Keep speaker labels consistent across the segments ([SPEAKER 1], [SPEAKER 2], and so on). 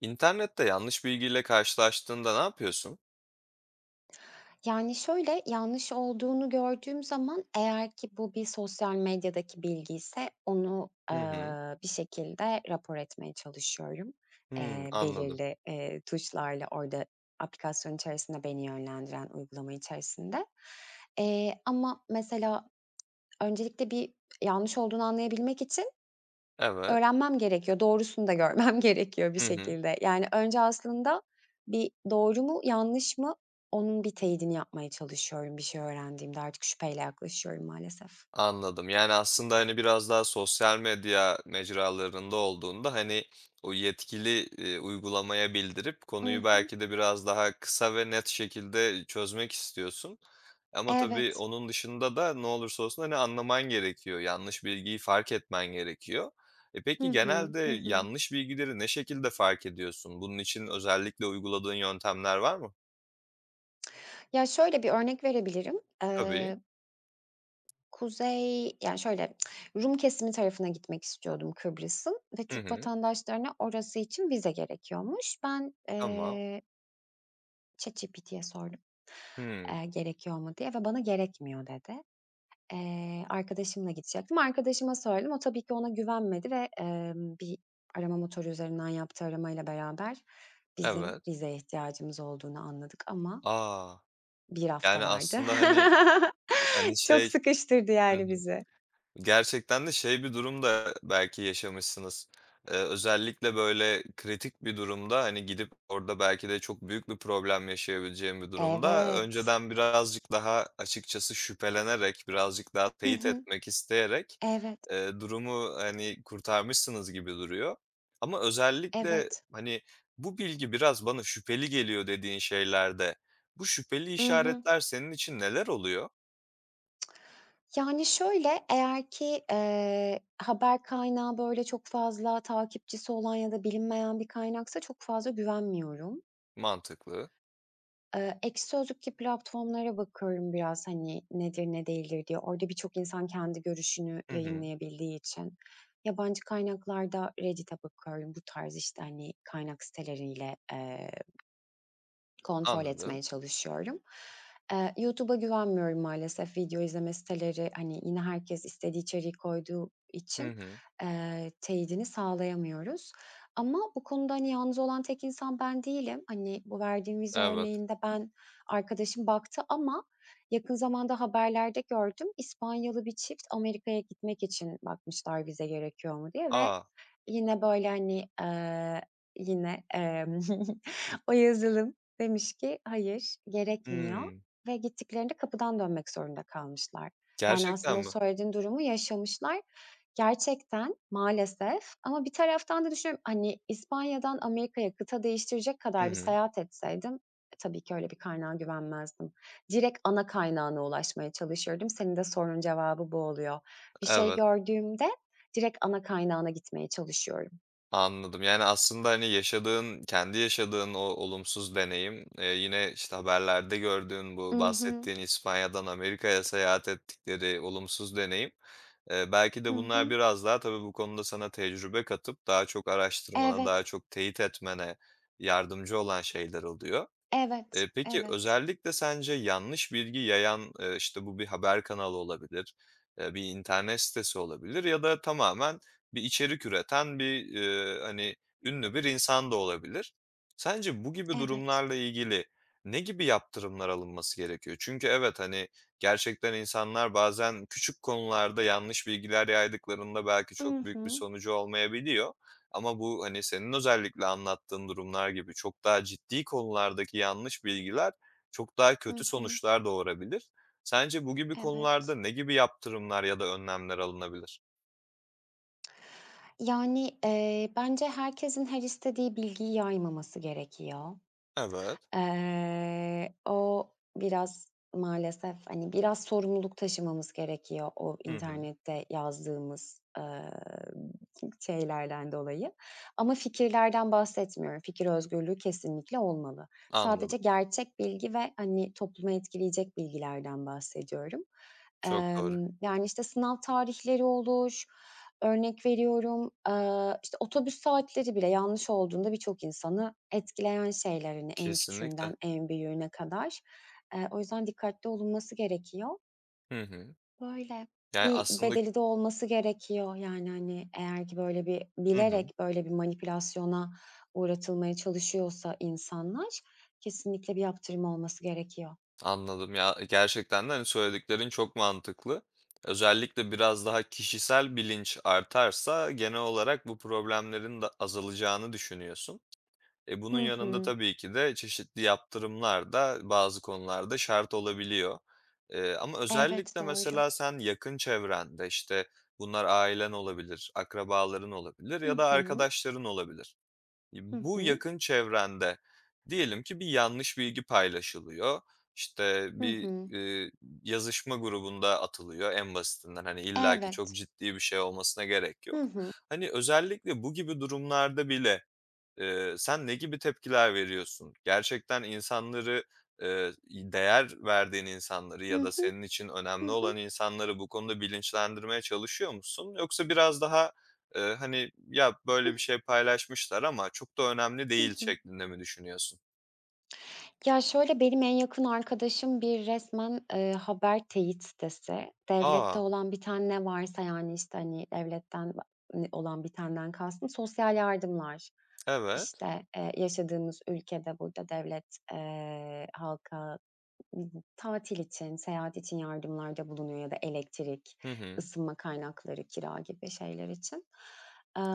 [SPEAKER 1] İnternette yanlış bilgiyle karşılaştığında ne yapıyorsun?
[SPEAKER 2] Yani, şöyle, yanlış olduğunu gördüğüm zaman eğer ki bu bir sosyal medyadaki bilgiyse onu,
[SPEAKER 1] Hı hı.
[SPEAKER 2] bir şekilde rapor etmeye çalışıyorum.
[SPEAKER 1] Hımm, anladım.
[SPEAKER 2] Belirli, tuşlarla orada aplikasyon içerisinde beni yönlendiren uygulama içerisinde. Ama mesela öncelikle bir yanlış olduğunu anlayabilmek için
[SPEAKER 1] Evet.
[SPEAKER 2] öğrenmem gerekiyor, doğrusunu da görmem gerekiyor bir
[SPEAKER 1] Hı hı.
[SPEAKER 2] şekilde. Yani, önce aslında bir doğru mu, yanlış mı, onun bir teyidini yapmaya çalışıyorum bir şey öğrendiğimde. Artık şüpheyle yaklaşıyorum maalesef.
[SPEAKER 1] Anladım. Yani, aslında, hani, biraz daha sosyal medya mecralarında olduğunda, hani, o yetkili, uygulamaya bildirip
[SPEAKER 2] I
[SPEAKER 1] konuyu
[SPEAKER 2] hı.
[SPEAKER 1] belki de biraz daha kısa ve net şekilde çözmek istiyorsun. Ama tabii
[SPEAKER 2] Evet.
[SPEAKER 1] onun dışında da ne olursa olsun, hani, anlaman gerekiyor. Yanlış bilgiyi fark etmen gerekiyor. E,
[SPEAKER 2] Hı
[SPEAKER 1] peki
[SPEAKER 2] hı.
[SPEAKER 1] genelde
[SPEAKER 2] Hı hı.
[SPEAKER 1] yanlış bilgileri ne şekilde fark ediyorsun? Bunun için özellikle uyguladığın yöntemler var mı?
[SPEAKER 2] Ya, şöyle bir örnek verebilirim.
[SPEAKER 1] Tabii.
[SPEAKER 2] Kuzey, yani, şöyle, Rum kesimi tarafına gitmek istiyordum Kıbrıs'ın ve
[SPEAKER 1] Hı
[SPEAKER 2] Türk
[SPEAKER 1] hı.
[SPEAKER 2] vatandaşlarına orası için vize gerekiyormuş. Ben,
[SPEAKER 1] Tamam.
[SPEAKER 2] eee, ChatGPT'ye sordum,
[SPEAKER 1] Hımm.
[SPEAKER 2] gerekiyor mu diye ve bana gerekmiyor dedi. Arkadaşımla gidecektim. Arkadaşıma söyledim. O tabii ki ona güvenmedi ve, bir arama motoru üzerinden yaptığı aramayla beraber bizim
[SPEAKER 1] Evet.
[SPEAKER 2] vizeye ihtiyacımız olduğunu anladık ama
[SPEAKER 1] A!
[SPEAKER 2] bir hafta
[SPEAKER 1] Yani,
[SPEAKER 2] vardı.
[SPEAKER 1] aslında, hani. Hani,
[SPEAKER 2] Çok
[SPEAKER 1] şey.
[SPEAKER 2] sıkıştırdı
[SPEAKER 1] Hı hı.
[SPEAKER 2] yani bizi.
[SPEAKER 1] Gerçekten de şey bir durum da belki yaşamışsınız. Özellikle, böyle, kritik bir durumda, hani, gidip orada belki de çok büyük bir problem yaşayabileceğim bir durumda
[SPEAKER 2] Evet.
[SPEAKER 1] önceden birazcık daha açıkçası şüphelenerek, birazcık daha
[SPEAKER 2] Hı
[SPEAKER 1] teyit
[SPEAKER 2] hı.
[SPEAKER 1] etmek isteyerek,
[SPEAKER 2] Evet,
[SPEAKER 1] durumu, hani, kurtarmışsınız gibi duruyor. Ama özellikle,
[SPEAKER 2] evet.
[SPEAKER 1] hani, bu bilgi biraz bana şüpheli geliyor dediğin şeylerde bu şüpheli
[SPEAKER 2] I hı.
[SPEAKER 1] işaretler senin için neler oluyor?
[SPEAKER 2] Yani, şöyle, eğer ki, haber kaynağı, böyle, çok fazla takipçisi olan ya da bilinmeyen bir kaynaksa çok fazla güvenmiyorum.
[SPEAKER 1] Mantıklı.
[SPEAKER 2] Ekşi Sözlük gibi platformlara bakıyorum biraz, hani, nedir ne değildir diye. Orada birçok insan kendi görüşünü
[SPEAKER 1] Hı hı.
[SPEAKER 2] yayınlayabildiği için. Yabancı kaynaklarda Reddit'e bakıyorum. Bu tarz, işte, hani, kaynak siteleriyle, kontrol
[SPEAKER 1] Anladım.
[SPEAKER 2] etmeye çalışıyorum. YouTube'a güvenmiyorum maalesef. Video izleme siteleri, hani, yine herkes istediği içeriği koyduğu
[SPEAKER 1] Hı
[SPEAKER 2] için,
[SPEAKER 1] hı.
[SPEAKER 2] teyidini sağlayamıyoruz. Ama bu konuda, hani, yalnız olan tek insan ben değilim. Hani, bu verdiğim vize
[SPEAKER 1] Evet.
[SPEAKER 2] örneğinde ben arkadaşım baktı ama yakın zamanda haberlerde gördüm, İspanyalı bir çift Amerika'ya gitmek için bakmışlar vize gerekiyor mu diye ve
[SPEAKER 1] A!
[SPEAKER 2] yine, böyle, hani, yine, o yazılım demiş ki, "Hayır, gerekmiyor."
[SPEAKER 1] Hımm.
[SPEAKER 2] ve gittiklerinde kapıdan dönmek zorunda kalmışlar. Yani,
[SPEAKER 1] Gerçekten
[SPEAKER 2] aslında o
[SPEAKER 1] mi?
[SPEAKER 2] söylediğin durumu yaşamışlar. Gerçekten maalesef ama bir taraftan da düşünüyorum, hani, İspanya'dan Amerika'ya kıta değiştirecek
[SPEAKER 1] Hı
[SPEAKER 2] kadar bir
[SPEAKER 1] hı.
[SPEAKER 2] seyahat etseydim, e, tabii ki öyle bir kaynağa güvenmezdim. Direkt ana kaynağına ulaşmaya çalışırdım. Senin de sorunun cevabı bu oluyor. Bir şey
[SPEAKER 1] Evet,
[SPEAKER 2] gördüğümde direkt ana kaynağına gitmeye çalışıyorum.
[SPEAKER 1] anladım. Yani, aslında, hani, yaşadığın, kendi yaşadığın o olumsuz deneyim, yine, işte, haberlerde gördüğün
[SPEAKER 2] I
[SPEAKER 1] bu
[SPEAKER 2] hı.
[SPEAKER 1] bahsettiğin İspanya'dan Amerika'ya seyahat ettikleri olumsuz deneyim, belki
[SPEAKER 2] Hı
[SPEAKER 1] de bunlar
[SPEAKER 2] hı.
[SPEAKER 1] biraz daha tabii bu konuda sana tecrübe katıp daha çok araştırmana,
[SPEAKER 2] Evet,
[SPEAKER 1] daha çok teyit etmene yardımcı olan şeyler oluyor.
[SPEAKER 2] evet,
[SPEAKER 1] Peki,
[SPEAKER 2] evet,
[SPEAKER 1] özellikle sence yanlış bilgi yayan, işte, bu bir haber kanalı olabilir, bir internet sitesi olabilir ya da tamamen bir içerik üreten bir, hani, ünlü bir insan da olabilir. Sence bu gibi
[SPEAKER 2] evet.
[SPEAKER 1] durumlarla ilgili ne gibi yaptırımlar alınması gerekiyor? Çünkü evet, hani, gerçekten insanlar bazen küçük konularda yanlış bilgiler yaydıklarında belki
[SPEAKER 2] I
[SPEAKER 1] çok büyük bir
[SPEAKER 2] hı.
[SPEAKER 1] sonucu olmayabiliyor. Ama bu, hani, senin özellikle anlattığın durumlar gibi çok daha ciddi konulardaki yanlış bilgiler çok daha kötü
[SPEAKER 2] Hı hı.
[SPEAKER 1] sonuçlar doğurabilir. Sence bu gibi konularda
[SPEAKER 2] Evet.
[SPEAKER 1] ne gibi yaptırımlar ya da önlemler alınabilir?
[SPEAKER 2] Yani, bence herkesin her istediği bilgiyi yaymaması gerekiyor.
[SPEAKER 1] Evet.
[SPEAKER 2] O biraz maalesef, hani, biraz sorumluluk taşımamız gerekiyor o
[SPEAKER 1] Hı hı.
[SPEAKER 2] internette yazdığımız, şeylerden dolayı ama fikirlerden bahsetmiyorum. Fikir özgürlüğü kesinlikle olmalı.
[SPEAKER 1] Anladım.
[SPEAKER 2] Sadece gerçek bilgi ve, hani, toplumu etkileyecek bilgilerden bahsediyorum.
[SPEAKER 1] Çok doğru.
[SPEAKER 2] Yani, işte, sınav tarihleri olur, örnek veriyorum, işte, otobüs saatleri bile yanlış olduğunda birçok insanı etkileyen şeyler, hani, en
[SPEAKER 1] Kesinlikle.
[SPEAKER 2] küçüğünden en büyüğüne kadar. O yüzden dikkatli olunması gerekiyor.
[SPEAKER 1] Hı hı.
[SPEAKER 2] Böyle,
[SPEAKER 1] Yani,
[SPEAKER 2] bir
[SPEAKER 1] aslında.
[SPEAKER 2] bedeli de olması gerekiyor. Yani, hani, eğer ki böyle bir
[SPEAKER 1] Hı hı.
[SPEAKER 2] bilerek böyle bir manipülasyona uğratılmaya çalışıyorsa insanlar kesinlikle bir yaptırım olması gerekiyor.
[SPEAKER 1] Anladım. Ya, gerçekten de, hani, söylediklerin çok mantıklı. Özellikle biraz daha kişisel bilinç artarsa genel olarak bu problemlerin de azalacağını düşünüyorsun. E, bunun
[SPEAKER 2] Hı
[SPEAKER 1] yanında
[SPEAKER 2] hı.
[SPEAKER 1] tabii ki de çeşitli yaptırımlar da bazı konularda şart olabiliyor. Ama
[SPEAKER 2] Evet,
[SPEAKER 1] özellikle
[SPEAKER 2] doğru.
[SPEAKER 1] mesela sen yakın çevrende, işte, bunlar ailen olabilir, akrabaların olabilir ya
[SPEAKER 2] Hı
[SPEAKER 1] da
[SPEAKER 2] hı.
[SPEAKER 1] arkadaşların olabilir. İ
[SPEAKER 2] Hı
[SPEAKER 1] bu
[SPEAKER 2] hı.
[SPEAKER 1] yakın çevrende diyelim ki bir yanlış bilgi paylaşılıyor. İşte,
[SPEAKER 2] Hı
[SPEAKER 1] bir,
[SPEAKER 2] hı.
[SPEAKER 1] yazışma grubunda atılıyor en basitinden. Hani, illaki çok
[SPEAKER 2] Evet.
[SPEAKER 1] ciddi bir şey olmasına gerek
[SPEAKER 2] Hı
[SPEAKER 1] yok.
[SPEAKER 2] hı.
[SPEAKER 1] Hani, özellikle bu gibi durumlarda bile. Sen ne gibi tepkiler veriyorsun? Gerçekten insanları, eee, değer verdiğin insanları
[SPEAKER 2] Hı
[SPEAKER 1] ya da
[SPEAKER 2] hı.
[SPEAKER 1] senin için
[SPEAKER 2] Hı
[SPEAKER 1] önemli
[SPEAKER 2] hı.
[SPEAKER 1] olan insanları bu konuda bilinçlendirmeye çalışıyor musun? Yoksa biraz daha, hani, "Ya, böyle
[SPEAKER 2] Hıh.
[SPEAKER 1] bir şey paylaşmışlar ama çok da önemli
[SPEAKER 2] Hı
[SPEAKER 1] değil."
[SPEAKER 2] hı.
[SPEAKER 1] şeklinde mi düşünüyorsun?
[SPEAKER 2] Ya, şöyle, benim en yakın arkadaşım bir resmen, haber teyit sitesi. Devlette
[SPEAKER 1] A!
[SPEAKER 2] olan biten ne varsa, yani, işte, hani, devletten va olan bitenden kastım sosyal yardımlar.
[SPEAKER 1] Evet.
[SPEAKER 2] İşte, yaşadığımız ülkede burada devlet, halka tatil için, seyahat için yardımlarda bulunuyor ya da elektrik,
[SPEAKER 1] Hı hı.
[SPEAKER 2] ısınma kaynakları, kira gibi şeyler için.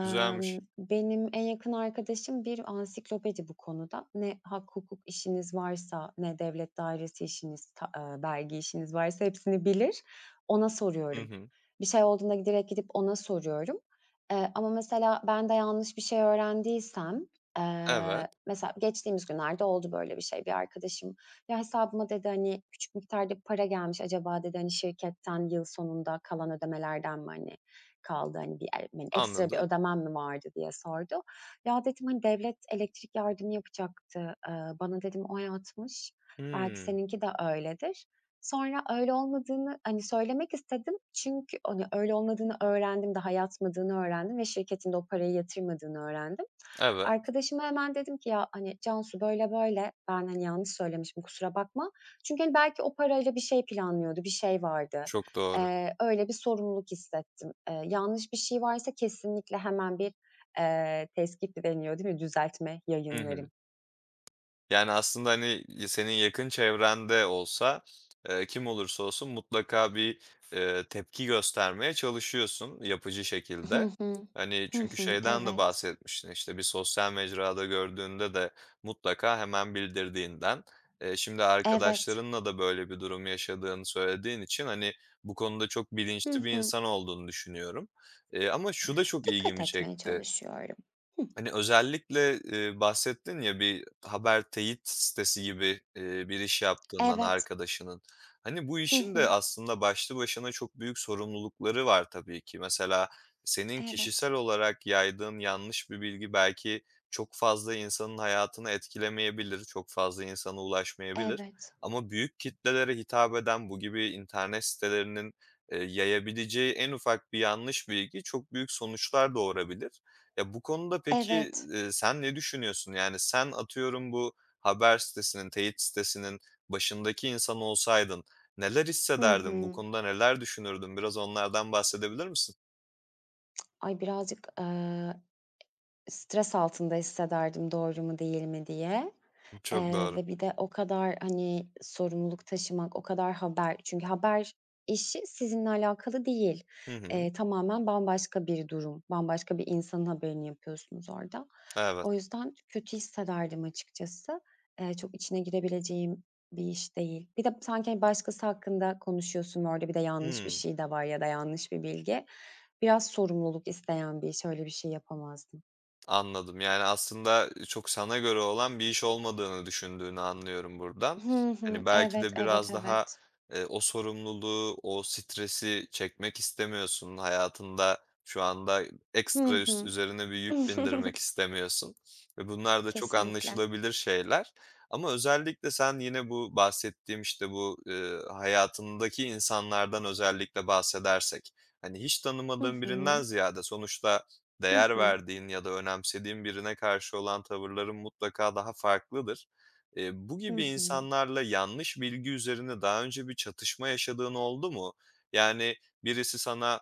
[SPEAKER 1] Güzelmiş.
[SPEAKER 2] Benim en yakın arkadaşım bir ansiklopedi bu konuda. Ne hak hukuk işiniz varsa ne devlet dairesi işiniz, ta vergi işiniz varsa hepsini bilir. Ona
[SPEAKER 1] Hı
[SPEAKER 2] soruyorum.
[SPEAKER 1] hı.
[SPEAKER 2] Bir şey olduğunda direkt gidip ona soruyorum. Ama mesela ben de yanlış bir şey öğrendiysem,
[SPEAKER 1] Evet.
[SPEAKER 2] mesela geçtiğimiz günlerde oldu böyle bir şey. Bir arkadaşım ya, hesabıma dedi, hani, "Küçük miktarda bir para gelmiş. Acaba" dedi, "hani, şirketten yıl sonunda kalan ödemelerden mi, hani, kaldı? Hani, bir el hani, ekstra bir
[SPEAKER 1] Anladım.
[SPEAKER 2] ödemem mi vardı?" diye sordu. Ya, dedim, hani, "Devlet elektrik yardımı yapacaktı. Bana" dedim, "o yatmış. Belki
[SPEAKER 1] Hımm.
[SPEAKER 2] seninki de öyledir." Sonra öyle olmadığını, hani, söylemek istedim. Çünkü, hani, öyle olmadığını öğrendim, daha yatmadığını öğrendim ve şirketin de o parayı yatırmadığını öğrendim.
[SPEAKER 1] Evet.
[SPEAKER 2] Arkadaşıma hemen dedim ki "Ya, hani, Cansu böyle böyle ben, hani, yanlış söylemişim kusura bakma." Çünkü, hani, belki o parayla bir şey planlıyordu, bir şey vardı.
[SPEAKER 1] Çok doğru.
[SPEAKER 2] Öyle bir sorumluluk hissettim. Yanlış bir şey varsa kesinlikle hemen bir, teskit deniyor değil mi? Düzeltme
[SPEAKER 1] Hı hı.
[SPEAKER 2] yayınlarım.
[SPEAKER 1] Yani, aslında, hani, senin yakın çevrende olsa, kim olursa olsun mutlaka bir, tepki göstermeye çalışıyorsun yapıcı şekilde.
[SPEAKER 2] Hı hı.
[SPEAKER 1] Hani,
[SPEAKER 2] Hı
[SPEAKER 1] çünkü
[SPEAKER 2] hı.
[SPEAKER 1] şeyden de
[SPEAKER 2] Evet.
[SPEAKER 1] bahsetmiştin, işte, bir sosyal mecrada gördüğünde de mutlaka hemen bildirdiğinden. Şimdi
[SPEAKER 2] Evet.
[SPEAKER 1] arkadaşlarınla da böyle bir durum yaşadığını söylediğin için, hani, bu konuda çok
[SPEAKER 2] Hı
[SPEAKER 1] bilinçli bir
[SPEAKER 2] hı.
[SPEAKER 1] insan olduğunu düşünüyorum. Ama şu da çok
[SPEAKER 2] Dikkat
[SPEAKER 1] ilgimi
[SPEAKER 2] etmeye
[SPEAKER 1] çekti.
[SPEAKER 2] çalışıyorum. Hıh.
[SPEAKER 1] Hani, özellikle, bahsettin ya bir haber teyit sitesi gibi, bir iş yaptığından
[SPEAKER 2] Evet.
[SPEAKER 1] arkadaşının. Hani, bu
[SPEAKER 2] Hı
[SPEAKER 1] işin de
[SPEAKER 2] hı.
[SPEAKER 1] aslında başlı başına çok büyük sorumlulukları var tabii ki. Mesela senin
[SPEAKER 2] Evet.
[SPEAKER 1] kişisel olarak yaydığın yanlış bir bilgi belki çok fazla insanın hayatını etkilemeyebilir, çok fazla insana ulaşmayabilir
[SPEAKER 2] Evet.
[SPEAKER 1] ama büyük kitlelere hitap eden bu gibi internet sitelerinin, yayabileceği en ufak bir yanlış bilgi çok büyük sonuçlar doğurabilir. Ya, bu konuda peki,
[SPEAKER 2] Evet.
[SPEAKER 1] sen ne düşünüyorsun? Yani, sen atıyorum bu haber sitesinin, teyit sitesinin başındaki insan olsaydın neler
[SPEAKER 2] Hı
[SPEAKER 1] hissederdin? Bu
[SPEAKER 2] hı.
[SPEAKER 1] konuda neler düşünürdün? Biraz onlardan bahsedebilir misin?
[SPEAKER 2] Ay, birazcık, stres altında hissederdim doğru mu değil mi diye,
[SPEAKER 1] Çok doğru.
[SPEAKER 2] ve bir de o kadar, hani, sorumluluk taşımak, o kadar haber çünkü haber işi sizinle alakalı değil.
[SPEAKER 1] Hı hı.
[SPEAKER 2] Tamamen bambaşka bir durum, bambaşka bir insanın haberini yapıyorsunuz orada. O
[SPEAKER 1] Evet.
[SPEAKER 2] yüzden kötü hissederdim açıkçası. Çok içine girebileceğim bir iş değil. Bir de sanki hani, başkası hakkında konuşuyorsun ve orada bir de yanlış bir
[SPEAKER 1] Hıı.
[SPEAKER 2] şey de var ya da yanlış bir bilgi. Biraz sorumluluk isteyen bir iş, öyle bir şey yapamazdım.
[SPEAKER 1] Anladım. Yani, aslında çok sana göre olan bir iş olmadığını düşündüğünü anlıyorum buradan.
[SPEAKER 2] Hı hı.
[SPEAKER 1] Hani, belki
[SPEAKER 2] Evet,
[SPEAKER 1] de
[SPEAKER 2] evet,
[SPEAKER 1] biraz daha,
[SPEAKER 2] evet.
[SPEAKER 1] o sorumluluğu, o stresi çekmek istemiyorsun. Hayatında şu anda
[SPEAKER 2] Hı
[SPEAKER 1] ekstra
[SPEAKER 2] hı.
[SPEAKER 1] üzerine bir yük bindirmek istemiyorsun ve bunlar da çok
[SPEAKER 2] Kesinlikle.
[SPEAKER 1] anlaşılabilir şeyler. Ama özellikle sen yine bu bahsettiğim, işte, bu, hayatındaki insanlardan özellikle bahsedersek, hani, hiç
[SPEAKER 2] Hı
[SPEAKER 1] tanımadığın birinden
[SPEAKER 2] hı.
[SPEAKER 1] ziyade sonuçta
[SPEAKER 2] Hı
[SPEAKER 1] değer
[SPEAKER 2] hı.
[SPEAKER 1] verdiğin ya da önemsediğin birine karşı olan tavırların mutlaka daha farklıdır. Bu
[SPEAKER 2] Hı
[SPEAKER 1] gibi
[SPEAKER 2] hı.
[SPEAKER 1] insanlarla yanlış bilgi üzerine daha önce bir çatışma yaşadığın oldu mu? Yani birisi sana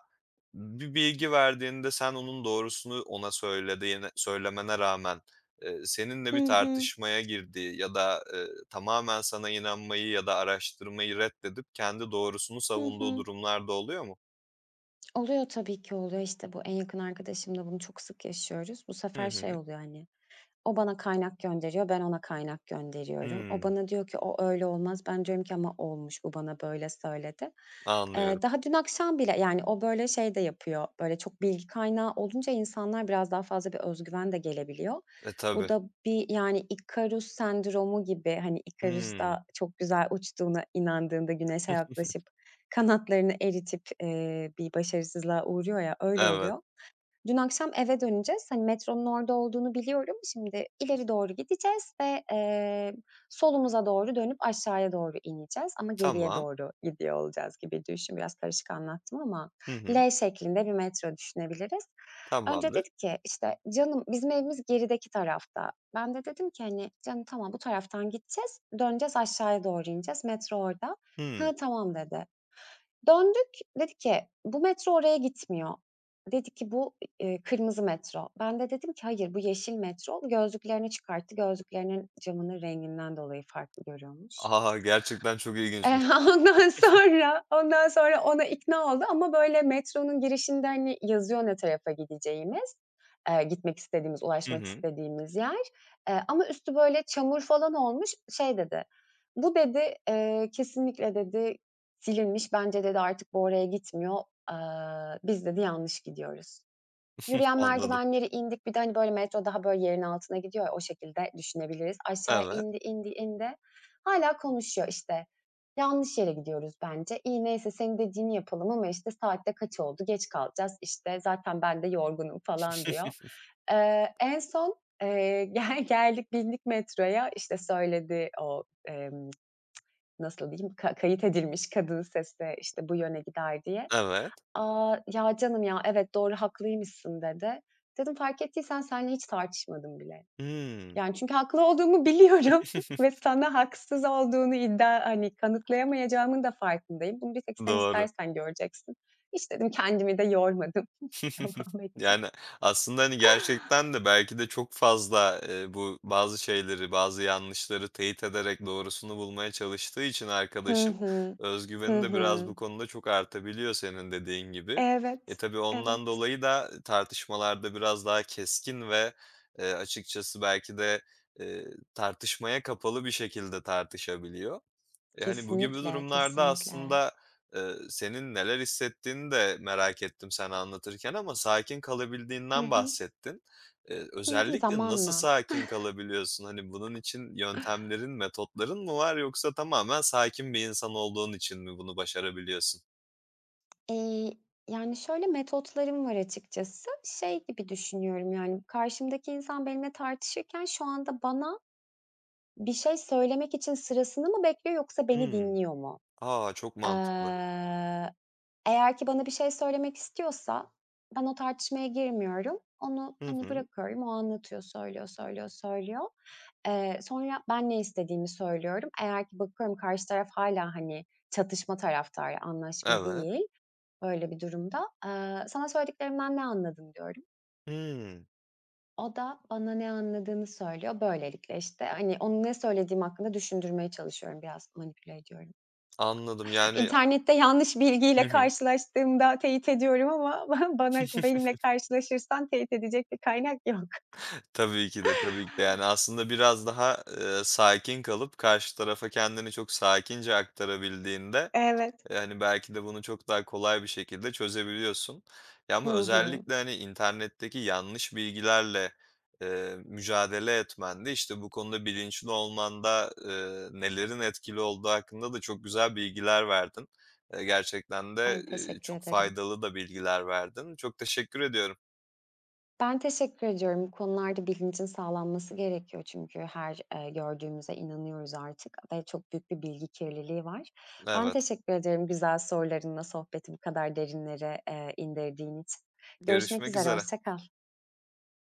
[SPEAKER 1] bir bilgi verdiğinde sen onun doğrusunu ona söylediğine söylemene rağmen, seninle bir
[SPEAKER 2] Hı hı.
[SPEAKER 1] tartışmaya girdi ya da, tamamen sana inanmayı ya da araştırmayı reddedip kendi doğrusunu
[SPEAKER 2] Hı
[SPEAKER 1] savunduğu
[SPEAKER 2] hı.
[SPEAKER 1] durumlar da oluyor mu?
[SPEAKER 2] Oluyor tabii ki oluyor. İşte, bu en yakın arkadaşımla bunu çok sık yaşıyoruz. Bu
[SPEAKER 1] Hı
[SPEAKER 2] sefer
[SPEAKER 1] hı.
[SPEAKER 2] şey oluyor, hani, o bana kaynak gönderiyor, ben ona kaynak gönderiyorum. O
[SPEAKER 1] Hımm,
[SPEAKER 2] bana diyor ki, "O öyle olmaz." Ben diyorum ki, "Ama olmuş, bu bana böyle söyledi."
[SPEAKER 1] anlıyorum.
[SPEAKER 2] Daha dün akşam bile, yani, o böyle şey de yapıyor, böyle çok bilgi kaynağı olunca insanlar biraz daha fazla bir özgüven de gelebiliyor.
[SPEAKER 1] E,
[SPEAKER 2] Bu
[SPEAKER 1] tabii.
[SPEAKER 2] da bir, yani, Ikarus sendromu gibi, hani, Ikarus
[SPEAKER 1] Hımm,
[SPEAKER 2] da çok güzel uçtuğuna inandığında güneşe yaklaşıp kanatlarını eritip, bir başarısızlığa uğruyor ya, öyle
[SPEAKER 1] evet,
[SPEAKER 2] oluyor. Dün akşam eve döneceğiz. Hani, metronun orada olduğunu biliyorum. Şimdi ileri doğru gideceğiz ve, solumuza doğru dönüp aşağıya doğru ineceğiz ama geriye
[SPEAKER 1] tamam.
[SPEAKER 2] doğru gidiyor olacağız gibi düşün. Biraz karışık anlattım ama
[SPEAKER 1] Hı hı,
[SPEAKER 2] L şeklinde bir metro düşünebiliriz. Önce
[SPEAKER 1] tamamdır.
[SPEAKER 2] dedik ki, işte, "Canım, bizim evimiz gerideki tarafta." Ben de dedim ki, hani, "Canım, tamam, bu taraftan gideceğiz, döneceğiz, aşağıya doğru ineceğiz. Metro orada."
[SPEAKER 1] Hımm.
[SPEAKER 2] "Ha tamam." dedi. Döndük, dedi ki, "Bu metro oraya gitmiyor." Dedi ki, "Bu kırmızı metro." Ben de dedim ki hayır bu yeşil metro. Gözlüklerini çıkarttı. Gözlüklerinin camının renginden dolayı farklı görüyormuş.
[SPEAKER 1] A, gerçekten çok
[SPEAKER 2] Eee,
[SPEAKER 1] ilginçmiş.
[SPEAKER 2] ondan sonra ona ikna oldu ama böyle metronun girişinde, hani, yazıyor ne tarafa gideceğimiz, gitmek istediğimiz,
[SPEAKER 1] Hı
[SPEAKER 2] ulaşmak
[SPEAKER 1] hı,
[SPEAKER 2] istediğimiz yer. Ama üstü böyle çamur falan olmuş. Şey dedi, "Bu" dedi, "kesinlikle" dedi, "silinmiş. Bence" dedi, "artık bu oraya gitmiyor. Aaa, biz" dedi, "yanlış gidiyoruz." Yürüyen
[SPEAKER 1] anladım.
[SPEAKER 2] merdivenleri indik, bir de, hani, böyle, metro daha, böyle, yerin altına gidiyor ya, o şekilde düşünebiliriz. Aşağı
[SPEAKER 1] Evet,
[SPEAKER 2] indi, indi, indi. Hâlâ konuşuyor, işte. "Yanlış yere gidiyoruz bence. İyi, neyse senin dediğini yapalım ama, işte, saat de kaç oldu, geç kalacağız, işte, zaten ben de yorgunum." falan diyor. En son, gel geldik, bindik metroya, işte, söyledi o, nasıl diyeyim, kayıt edilmiş kadın sesle, işte, "Bu yöne gider." diye.
[SPEAKER 1] evet.
[SPEAKER 2] "A, ya canım ya, evet doğru haklıymışsın." dedi. Dedim, "Fark ettiysen seninle hiç tartışmadım bile."
[SPEAKER 1] Hımm.
[SPEAKER 2] Yani çünkü haklı olduğumu biliyorum ve sana haksız olduğunu iddia, hani, kanıtlayamayacağımın da farkındayım. Bunu bir tek sen
[SPEAKER 1] Doğru.
[SPEAKER 2] istersen göreceksin. "Hiç." dedim, "Kendimi de yormadım." Devam etti.
[SPEAKER 1] Yani, aslında, hani, gerçekten de belki de çok fazla, bu bazı şeyleri, bazı yanlışları teyit ederek doğrusunu bulmaya çalıştığı için
[SPEAKER 2] Hı
[SPEAKER 1] arkadaşım
[SPEAKER 2] hı.
[SPEAKER 1] özgüveni
[SPEAKER 2] Hı
[SPEAKER 1] de biraz
[SPEAKER 2] hı.
[SPEAKER 1] bu konuda çok artabiliyor senin dediğin gibi. E,
[SPEAKER 2] Evet,
[SPEAKER 1] tabii ondan
[SPEAKER 2] evet.
[SPEAKER 1] dolayı da tartışmalarda biraz daha keskin ve, açıkçası belki de, eee, tartışmaya kapalı bir şekilde tartışabiliyor. E, hani, bu gibi
[SPEAKER 2] Kesinlikle,
[SPEAKER 1] durumlarda
[SPEAKER 2] kesinlikle.
[SPEAKER 1] aslında, senin neler hissettiğini de merak ettim sen anlatırken ama sakin
[SPEAKER 2] Hı
[SPEAKER 1] kalabildiğinden
[SPEAKER 2] hı.
[SPEAKER 1] bahsettin. Eee,
[SPEAKER 2] Hı hı.
[SPEAKER 1] özellikle nasıl
[SPEAKER 2] Zamanla.
[SPEAKER 1] sakin kalabiliyorsun? Hani, bunun için yöntemlerin, metotların mı var yoksa tamamen sakin bir insan olduğun için mi bunu başarabiliyorsun?
[SPEAKER 2] Eee, yani, şöyle metotlarım var açıkçası. Şey gibi düşünüyorum, yani, karşımdaki insan benimle tartışırken şu anda bana bir şey söylemek için sırasını mı bekliyor yoksa beni
[SPEAKER 1] Hımm.
[SPEAKER 2] dinliyor mu?
[SPEAKER 1] A, çok mantıklı.
[SPEAKER 2] Eee, eğer ki bana bir şey söylemek istiyorsa ben o tartışmaya girmiyorum. Onu,
[SPEAKER 1] Hı
[SPEAKER 2] hani,
[SPEAKER 1] hı.
[SPEAKER 2] bırakıyorum. O anlatıyor, söylüyor, söylüyor, söylüyor. Sonra ben ne istediğimi söylüyorum. Eğer ki bakıyorum karşı taraf hala hani, çatışma taraftarı, anlaşma
[SPEAKER 1] Evet.
[SPEAKER 2] değil, böyle bir durumda. "Sana söylediklerimden ne anladın?" diyorum.
[SPEAKER 1] Hımm.
[SPEAKER 2] O da bana ne anladığını söylüyor. Böylelikle, işte, hani, onu ne söylediğim hakkında düşündürmeye çalışıyorum, biraz manipüle ediyorum.
[SPEAKER 1] Anladım, yani.
[SPEAKER 2] İnternette yanlış
[SPEAKER 1] Hı
[SPEAKER 2] bilgiyle
[SPEAKER 1] hı.
[SPEAKER 2] karşılaştığımda teyit ediyorum ama bana benimle karşılaşırsan teyit edecek bir kaynak yok.
[SPEAKER 1] Tabii ki de, tabii ki de. Yani, aslında biraz daha, sakin kalıp karşı tarafa kendini çok sakince aktarabildiğinde,
[SPEAKER 2] Evet.
[SPEAKER 1] hani, belki de bunu çok daha kolay bir şekilde çözebiliyorsun. Ya,
[SPEAKER 2] Hı
[SPEAKER 1] ama
[SPEAKER 2] hı.
[SPEAKER 1] özellikle, hani, internetteki yanlış bilgilerle, mücadele etmende işte, bu konuda bilinçli olmanda, nelerin etkili olduğu hakkında da çok güzel bilgiler verdin. Gerçekten de,
[SPEAKER 2] Ay, teşekkür
[SPEAKER 1] çok
[SPEAKER 2] ederim.
[SPEAKER 1] faydalı da bilgiler verdin. Çok teşekkür ediyorum.
[SPEAKER 2] Ben teşekkür ediyorum. Bu konularda bilincin sağlanması gerekiyor çünkü her, gördüğümüze inanıyoruz artık ve çok büyük bir bilgi kirliliği var. Ben
[SPEAKER 1] Evet,
[SPEAKER 2] teşekkür ederim güzel sorularınla sohbeti bu kadar derinlere, indirdiğin için. Görüşmek
[SPEAKER 1] görüşmek
[SPEAKER 2] üzere,
[SPEAKER 1] üzere.
[SPEAKER 2] hoşça kal.